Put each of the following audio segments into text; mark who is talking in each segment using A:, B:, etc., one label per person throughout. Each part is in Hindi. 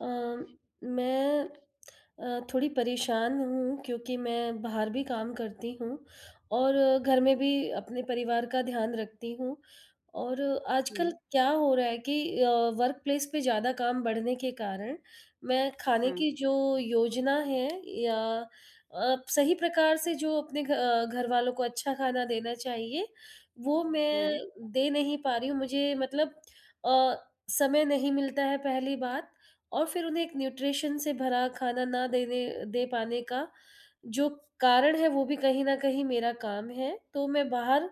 A: अ, मैं अ, थोड़ी परेशान हूँ क्योंकि मैं बाहर भी काम करती हूँ और घर में भी अपने परिवार का ध्यान रखती हूँ और
B: हुँ,
A: आजकल क्या हो रहा है कि वर्क प्लेस पे ज़्यादा काम बढ़ने के कारण मैं खाने
B: हाँ,
A: की जो योजना है या सही प्रकार से जो अपने घर वालों को अच्छा खाना देना चाहिए वो
B: हाँ,
A: मैं दे नहीं पा रही हूँ मुझे मतलब अ, समय नहीं मिलता है पहली बात। और फिर उन्हें एक न्यूट्रिशन से भरा खाना ना देने दे पाने का जो कारण है वो भी कहीं न कहीं मेरा काम है। तो मैं बाहर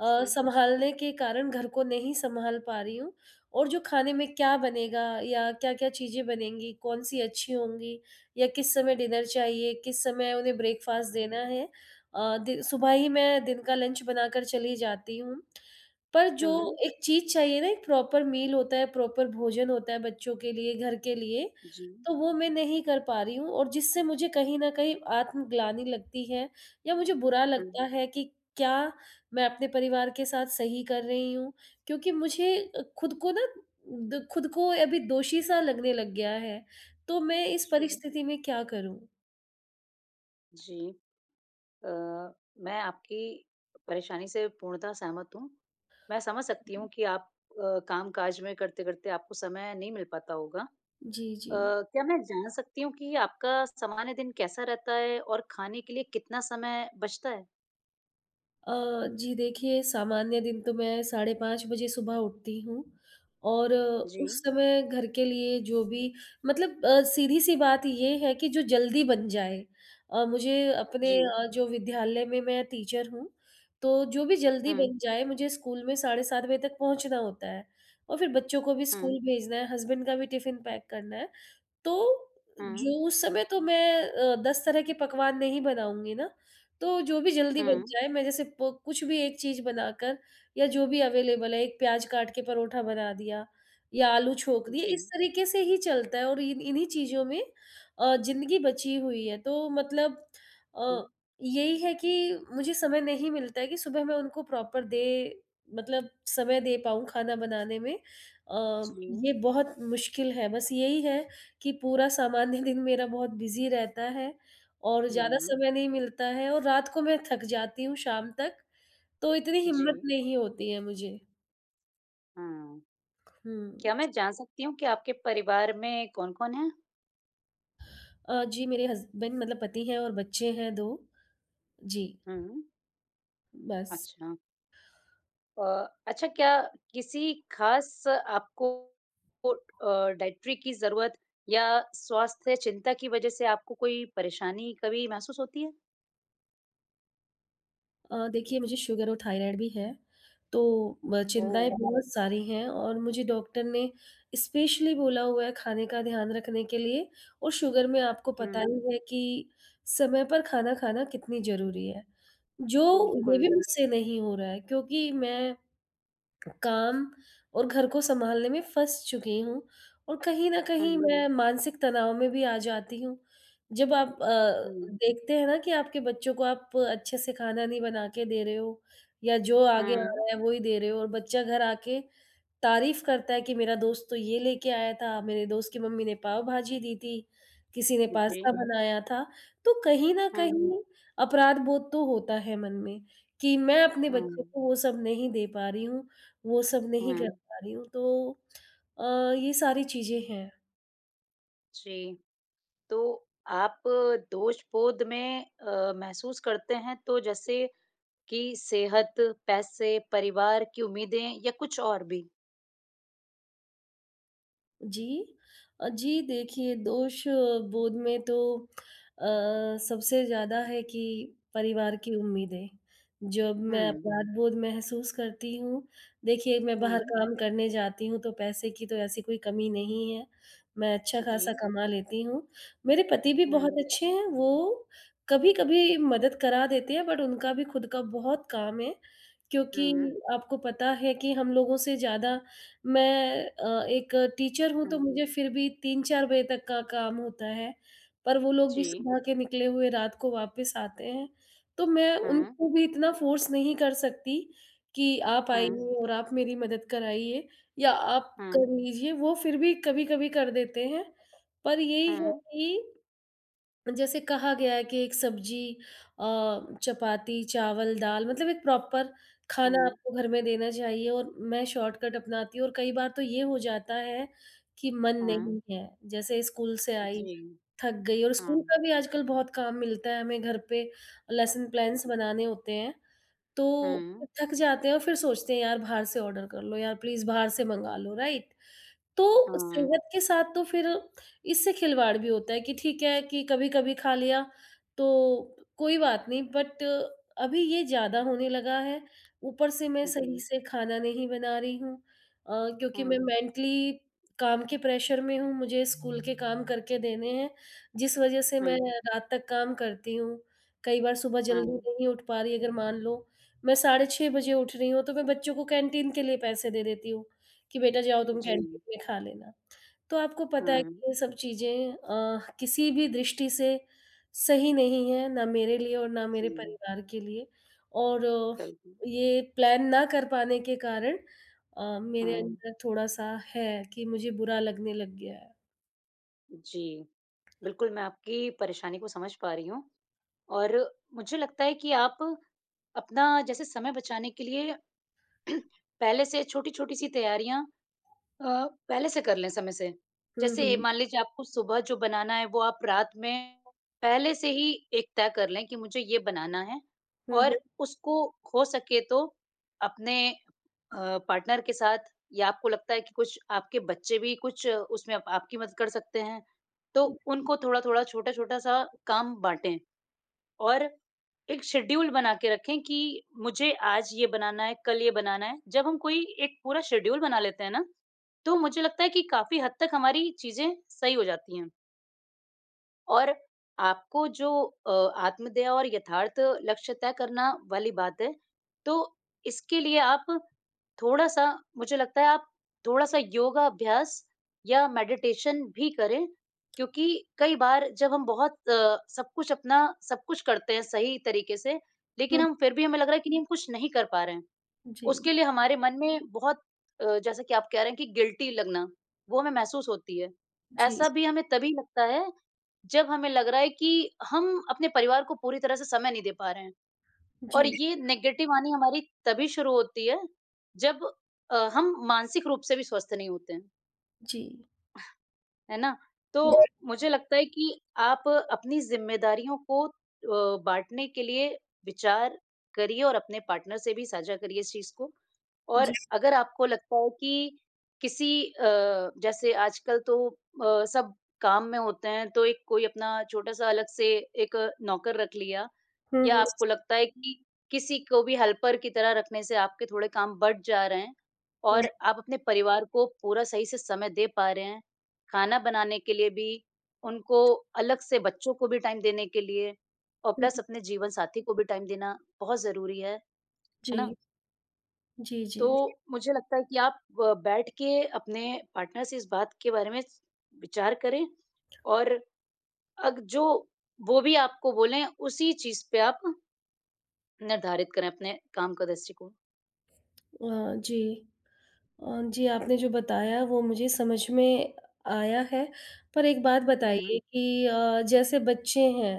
B: जी,
A: सँभालने के कारण घर को नहीं सँभाल पा रही हूँ और जो खाने में क्या बनेगा या क्या-क्या चीज़ें बनेंगी, कौन-सी अच्छी होंगी या किस समय डिनर चाहिए, किस समय उन्हें ब्रेकफ़ास्ट देना
B: जी,
A: है। अ, दि सुबह ही मैं दिन का लंच बनाकर चली जाती हूँ। पर जो
B: हाँ,
A: एक चीज़ चाहिए ना, एक प्रॉपर मील होता है, प्रॉपर भोजन होता है बच्चों के लिए, घर के लिए,
B: जी,
A: तो वो मैं नहीं कर पा रही हूँ और जिससे मुझे कहीं न कहीं आत्मग्लानि लगती है या मुझे बुरा
B: हाँ,
A: लगता है कि क्या मैं अपने परिवार के साथ सही कर रही हूँ? क्योंकि मुझे खुद को ना द खुद को अभी दोषी सा लगने लग गया है, तो मैं इस
B: जी।
A: परिस्थिति में क्या करूँ?
B: जी, अ, मैं आपकी परेशानी से पूर्णतः सहमत हूँ। मैं समझ सकती हूँ कि आप काम-काज में करते-करते आपको समय नहीं मिल पाता होगा। अ,
A: जी, जी।
B: क्या मैं जान सकती हूँ कि आपका सामान्य दिन कैसा रहता है और खाने के लिए कितना समय बचता है?
A: अ, जी देखिए, सामान्य दिन तो मैं साढ़े 5 बजे सुबह उठती हूँ और
B: जी,
A: उस समय घर के लिए जो भी मतलब सीधी-सी बात ये है कि जो जल्दी बन जाए। मुझे
B: जी,
A: अपने जो विद्यालय में मैं टीचर हूँ, तो जो भी जल्दी
B: हाँ,
A: बन जाए मुझे स्कूल में साढ़े 7 बजे तक पहुँचना होता है और फिर बच्चों को भी
B: हाँ,
A: स्कूल भेजना है, हस्बैंड का भी टिफ़िन पैक करना है। तो
B: हाँ,
A: जो उस समय तो मैं 10 तरह के पकवान नहीं बनाऊँगी ना, तो जो भी जल्दी
B: हाँ,
A: बन जाए मैं जैसे प कुछ भी एक चीज़ बनाकर या जो भी अवेलेबल है, एक प्याज़ काट के परोठा बना दिया या आलू छोक दिए,
B: जी।
A: इस तरीके से ही चलता है और इन इन्हीं चीज़ों में ज़िंदगी बची हुई है। तो मतलब
B: हाँ,
A: अ, यही है कि मुझे समय नहीं मिलता है कि सुबह मैं उनको प्रॉपर दे मतलब समय दे पाऊँ खाना बनाने में।
B: जी, हाँ।
A: ये बहुत मुश्किल है, बस यही है कि पूरा सामान्य दिन मेरा बहुत बिज़ी रहता है और ज़्यादा
B: हुँ,
A: समय नहीं मिलता है और रात को मैं थक जाती हूँ शाम तक, तो इतनी हिम्मत
B: जी,
A: नहीं होती है मुझे।
B: हाँ।
A: हुँ।
B: क्या मैं जान सकती हूँ कि आपके परिवार में कौन-कौन है?
A: जी मेरे हस्बैंड मतलब पति हैं और बच्चे हैं 2। जी,
B: हुँ,
A: बस।
B: अच्छा। अ, अच्छा क्या किसी ख़ास आपको डायट्री की ज़रूरत या स्वास्थ्य चिंता की वज़ह से आपको कोई परेशानी कभी महसूस होती है?
A: देखिए मुझे शुगर और थायराइड भी है, तो चिंताएँ
B: ओह!
A: अच्छा। बहुत सारी हैं और मुझे डॉक्टर ने स्पेशली बोला हुआ है खाने का ध्यान रखने के लिए और शुगर में आपको पता हाँ।
B: हुँ,
A: ही है कि समय पर खाना खाना कितनी ज़रूरी है। जो ये भी
B: बिल्कुल।
A: बिल्कुल। मुझसे नहीं हो रहा है क्योंकि मैं काम और घर को सँभालने में फँस चुकी हूँ और कहीं न कहीं हुँ।
B: हुँ,
A: मैं मानसिक तनाव में भी आ जाती हूँ। जब आप
B: हुँ,
A: देखते हैं ना कि आपके बच्चों को आप अच्छे से खाना नहीं बना के दे रहे हो या जो आगे आ
B: हुँ।
A: रहा है वो ही दे रहे हो और बच्चा घर आके तारीफ़ करता है कि मेरा दोस्त तो ये लेके आया था, मेरे दोस्त की मम्मी ने पाव भाजी दी थी, किसी ने
B: जी।
A: पास्ता बनाया था। तो कहीं न
B: हुँ,
A: कहीं अपराध-बोध तो होता है मन में कि मैं अपने
B: हुँ,
A: बच्चों को वो सब नहीं दे पा रही हूँ, वो सब नहीं
B: हुँ।
A: कर पा रही हूँ। तो अ, ये सारी चीज़ें हैं।
B: जी, तो आप दोष-बोध में महसूस करते हैं तो जैसे कि सेहत, पैसे, परिवार की उम्मीदें या कुछ और भी?
A: जी। जी देखिए दोष बोध में तो अ, सबसे ज़्यादा है कि परिवार की उम्मीदें। जब मैं
B: हुँ,
A: अपराध बोध महसूस करती हूँ, देखिए मैं बाहर
B: हुँ,
A: काम करने जाती हूँ तो पैसे की तो ऐसी कोई कमी नहीं है। मैं
B: जी,
A: अच्छा-खासा कमा लेती हूँ। मेरे पति भी
B: हुँ,
A: बहुत अच्छे हैं, वो कभी-कभी मदद करा देते हैं बट उनका भी खुद का बहुत काम है, क्योंकि
B: हुँ,
A: आपको पता है कि हम लोगों से ज़्यादा मैं एक टीचर हूँ
B: हुँ,
A: तो मुझे फिर भी 3-4 बजे तक का काम होता है, पर वो लोग
B: जी,
A: भी सुबह के निकले हुए रात को वापस आते हैं, तो मैं
B: हुँ,
A: उनको भी इतना फ़ोर्स नहीं कर सकती कि आप
B: हुँ,
A: आइए और आप मेरी मदद कराइए या आप
B: हुँ,
A: कर लीजिए, वो फिर भी कभी-कभी कर देते हैं। पर यही है
B: हुँ,
A: कि जैसे कहा गया है कि एक सब्जी अ, चपाती, चावल, दाल मतलब एक प्रॉपर खाना
B: हुँ,
A: आपको घर में देना चाहिए और मैं शॉर्टकट अपनाती हूँ और कई बार तो ये हो जाता है कि मन
B: हुँ,
A: नहीं है, जैसे स्कूल से आई,
B: जी,
A: थक गई और स्कूल
B: हुँ,
A: का भी आजकल बहुत काम मिलता है हमें घर पे, लेसन प्लान्स बनाने होते हैं, तो
B: हुँ,
A: थक जाते हैं और फिर सोचते हैं यार बाहर से ऑर्डर कर लो, यार प्लीज़ बाहर से मँगा लो, राइट? तो
B: हुँ,
A: सेहत के साथ तो फिर इससे खिलवाड़ भी होता है कि ठीक है कि कभी-कभी खा लिया, तो कोई बात नहीं बट अभी ये ज़्यादा होने लगा है। ऊपर से मैं
B: जी,
A: सही से खाना नहीं बना रही हूँ अ, क्योंकि मैं
B: हुँ,
A: मेंटली काम के प्रेशर में हूँ, मुझे स्कूल के काम करके देने हैं, जिस वजह से
B: हुँ,
A: मैं रात तक काम करती हूँ। कई बार सुबह जल्दी
B: हुँ,
A: नहीं उठ पा रही, अगर मान लो मैं 6:30 बजे उठ रही हूँ, तो मैं बच्चों को कैंटीन के लिए पैसे दे देती हूँ। कि बेटा जाओ तुम
B: जी,
A: कैंटीन में खा लेना। तो आपको पता है
B: हुँ,
A: कि ये सब चीज़ें किसी भी दृष्टि से सही नहीं है, ना मेरे लिए और ना
B: जी,
A: मेरे परिवार के लिए और
B: बिल्कुल,
A: ये प्लान ना कर पाने के कारण मेरे
B: हुँ,
A: अंदर थोड़ा-सा है कि मुझे बुरा लगने लग गया है।
B: जी। बिल्कुल, मैं आपकी परेशानी को समझ पा रही हूँ। और मुझे लगता है कि आप अपना जैसे समय बचाने के लिए पहले से छोटी-छोटी सी तैयारियाँ अ, पहले से कर लें समय से।
A: हुँ,
B: जैसे
A: हुँ।
B: मान लीजिए आपको सुबह जो बनाना है वो आप रात में पहले से ही एक तय कर लें कि मुझे ये बनाना है
A: हुँ,
B: और
A: हुँ,
B: उसको हो सके तो अपने पार्टनर के साथ या आपको लगता है कि कुछ आपके बच्चे भी कुछ उसमें आप आपकी मदद कर सकते हैं, तो उनको थोड़ा-थोड़ा छोटा-छोटा सा काम बाँटें। और एक शेड्यूल बना के रखें कि मुझे आज ये बनाना है, कल ये बनाना है। जब हम कोई एक पूरा शेड्यूल बना लेते हैं ना, तो मुझे लगता है कि काफ़ी हद तक हमारी चीज़ें सही हो जाती हैं। और आपको जो अ, आत्मदया और यथार्थ लक्ष्य तय करना वाली बात है, तो इसके लिए आप थोड़ा-सा मुझे लगता है आप थोड़ा-सा योगा अभ्यास या मेडिटेशन भी करें, क्योंकि कई बार जब हम बहुत सब कुछ अपना सब कुछ करते हैं सही तरीके से, लेकिन
A: हुँ।
B: हम फिर भी हमें लग रहा है कि नहीं हम कुछ नहीं कर पा रहे हैं।
A: जी,
B: उसके लिए हमारे मन में बहुत जैसा कि आप कह रहे हैं कि गिल्टी लगना, वो हमें महसूस होती है।
A: जी,
B: ऐसा भी हमें तभी लगता है, जब हमें लग रहा है कि हम अपने परिवार को पूरी तरह से समय नहीं दे पा रहे हैं और
A: जी,
B: ये नेगेटिव वानी हमारी तभी शुरू होती है, जब हम मानसिक रूप से भी स्वस्थ नहीं होते हैं।
A: जी,
B: है ना? तो
A: जी,
B: मुझे लगता है कि आप अपनी ज़िम्मेदारियों को बाँटने के लिए विचार करिए और अपने पार्टनर से भी साझा करिए इस चीज़ को। और
A: जी।
B: अगर आपको लगता है कि किसी जैसे आजकल तो सब काम में होते हैं, तो एक कोई अपना छोटा-सा अलग से एक नौकर रख लिया
A: हुँ,
B: या
A: हुँ,
B: आपको लगता है कि किसी को भी हेल्पर की तरह रखने से आपके थोड़े काम बढ़ जा रहे हैं
A: हुँ,
B: और आप अपने परिवार को पूरा सही से समय दे पा रहे हैं, खाना बनाने के लिए भी, उनको अलग से बच्चों को भी टाइम देने के लिए और
A: हुँ।
B: प्लस अपने जीवन साथी को भी टाइम देना बहुत ज़रूरी है ना?
A: जी, जी, जी।
B: तो मुझे लगता है कि आप ब बैठ के अपने पार्टनर से इस बात के बारे में विचार करें और अग जो वो भी आपको बोलें, उसी चीज़ पे आप निर्धारित करें अपने काम का दृष्टिकोण।
A: अ, जी। जी, आपने जो बताया वो मुझे समझ में आया है। पर एक बात
B: हुँ,
A: बताइए कि जैसे बच्चे हैं,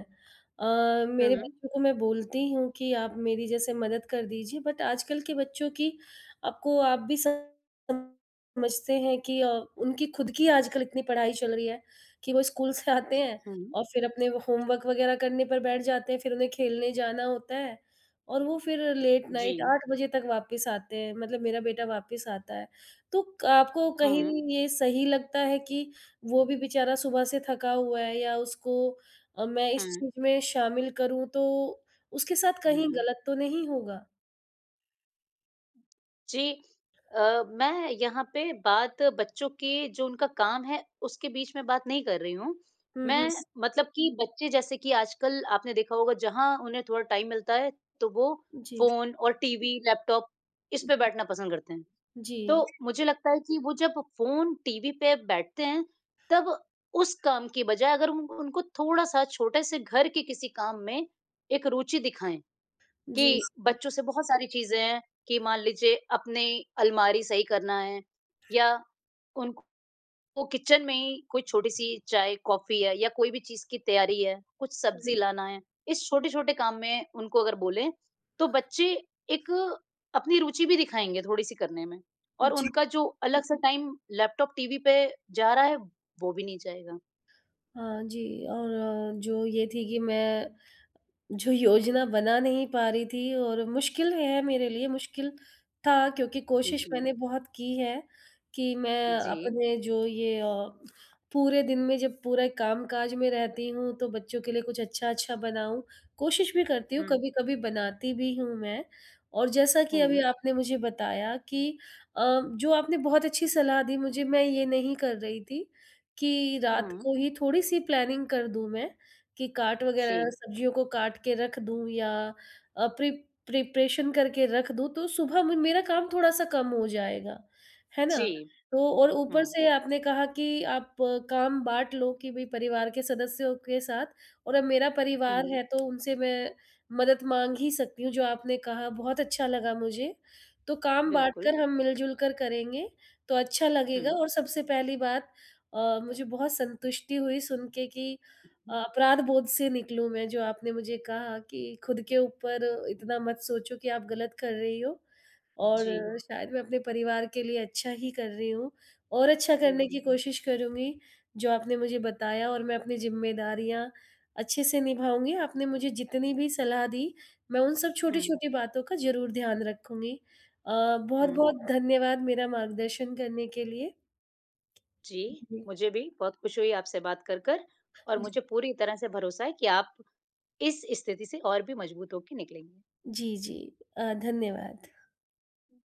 A: अ, मेरे
B: हुँ,
A: बच्चों को मैं बोलती हूँ कि आप मेरी जैसे मदद कर दीजिए बट आजकल के बच्चों की आपको आप भी समझते हैं कि उनकी खुद की आजकल इतनी पढ़ाई चल रही है कि वो स्कूल से आते हैं
B: हुँ।
A: और फिर अपने वो होमवर्क वग़ैरह करने पर बैठ जाते हैं, फिर उन्हें खेलने जाना होता है और वो फिर लेट
B: जी।
A: नाइट 8 बजे तक वापस आते हैं। मतलब मेरा बेटा वापस आता है। तो क आपको
B: हुँ,
A: कहीं ये सही लगता है कि वो भी बेचारा सुबह से थका हुआ है या उसको मैं इस
B: हुँ,
A: चीज़ में शामिल करूँ तो उसके साथ कहीं
B: हुँ।
A: गलत तो नहीं होगा?
B: जी, मैं यहाँ पे बात बच्चों के जो उनका काम है, उसके बीच में बात नहीं कर रही हूँ।
A: हुँ, हुँ।
B: मैं मतलब कि बच्चे जैसे कि आजकल आपने देखा होगा जहाँ उन्हें थोड़ा टाइम मिलता है, तो वो
A: जी।
B: फ़ोन और टीवी, लैपटॉप इस पे बैठना पसंद करते हैं। तो
A: जी,
B: मुझे लगता है कि वो जब फ़ोन, टीवी पे बैठते हैं, तब उस काम की बजाय अगर उन उनको थोड़ा-सा छोटे से घर के किसी काम में एक रुचि दिखाएँ
A: जी।
B: कि बच्चों से बहुत सारी चीज़ें हैं कि मान लीजिए अपनी अलमारी सही करना है या उनको वो किचन में ही कोई छोटी-सी चाय, कॉफ़ी है या कोई भी चीज़ की तैयारी है, कुछ
A: हुँ,
B: सब्ज़ी
A: हुँ।
B: लाना है, इस छोटे-छोटे काम में उनको अगर बोलें, तो बच्चे एक अपनी रुचि भी दिखाएँगे थोड़ी-सी करने में और
A: जी,
B: उनका जो अलग सा टाइम लैपटॉप, टीवी पे जा रहा है, वो भी नहीं जाएगा।
A: हाँ जी। और जो ये थी कि मैं जो योजना बना नहीं पा रही थी और मुश्किल है मेरे लिए, मुश्किल था क्योंकि कोशिश
B: जी,
A: मैंने बहुत की है कि मैं
B: जी।
A: अपने जो ये पूरे दिन में जब पूरे काम-काज में रहती हूँ, तो बच्चों के लिए कुछ अच्छा-अच्छा बनाऊँ। कोशिश भी करती हूँ,
B: हुँ,
A: कभी-कभी बनाती भी हूँ मैं और जैसा कि अभी
B: हुँ,
A: आपने मुझे बताया कि अ, जो आपने बहुत अच्छी सलाह दी मुझे, मैं ये नहीं कर रही थी कि रात
B: हुँ।
A: को ही थोड़ी-सी प्लानिंग कर दूँ मैं। कि काट वगैरह
B: जी,
A: सब्जियों को काट के रख दूँ या अ, प्रि प्रिपरेशन करके रख दूँ तो सुबह म मेरा काम थोड़ा-सा कम हो जाएगा, है ना?
B: जी।
A: तो और ऊपर
B: हुँ,
A: से आपने कहा कि आप काम बाँट लो कि भई परिवार के सदस्यों के साथ और अब मेरा
B: हुँ,
A: परिवार है तो उनसे मैं मदद माँग ही सकती हूँ, जो आपने कहा बहुत अच्छा लगा मुझे। तो काम बाँट
B: बिल्कुल।
A: कर हम मिल-जुल कर करेंगे, तो अच्छा लगेगा
B: हुँ,
A: और सबसे पहली बात अ, मुझे बहुत संतुष्टि हुई सुन के कि
B: हुँ,
A: अपराध बोध से निकलूँ मैं, जो आपने मुझे कहा कि खुद के ऊपर इतना मत सोचो कि आप गलत कर रही हो और
B: जी,
A: शायद मैं अपने परिवार के लिए अच्छा ही कर रही हूँ और अच्छा करने की
B: बिल्कुल।
A: कोशिश करूँगी, जो आपने मुझे बताया और मैं अपनी ज़िम्मेदारियाँ अच्छे से निभाऊँगी। आपने मुझे जितनी भी सलाह दी, मैं उन सब
B: हुँ,
A: छोटी-छोटी बातों का ज़रूर ध्यान रखूँगी। अ,
B: हुँ।
A: बहुत-बहुत धन्यवाद मेरा मार्गदर्शन करने के लिए।
B: जी,
A: जी,
B: मुझे भी बहुत खुशी हुई आपसे बात कर कर और
A: जी,
B: मुझे पूरी तरह से भरोसा है कि आप इस स्थिति से और भी मजबूत होके निकलेंगे।
A: जी। जी, धन्यवाद।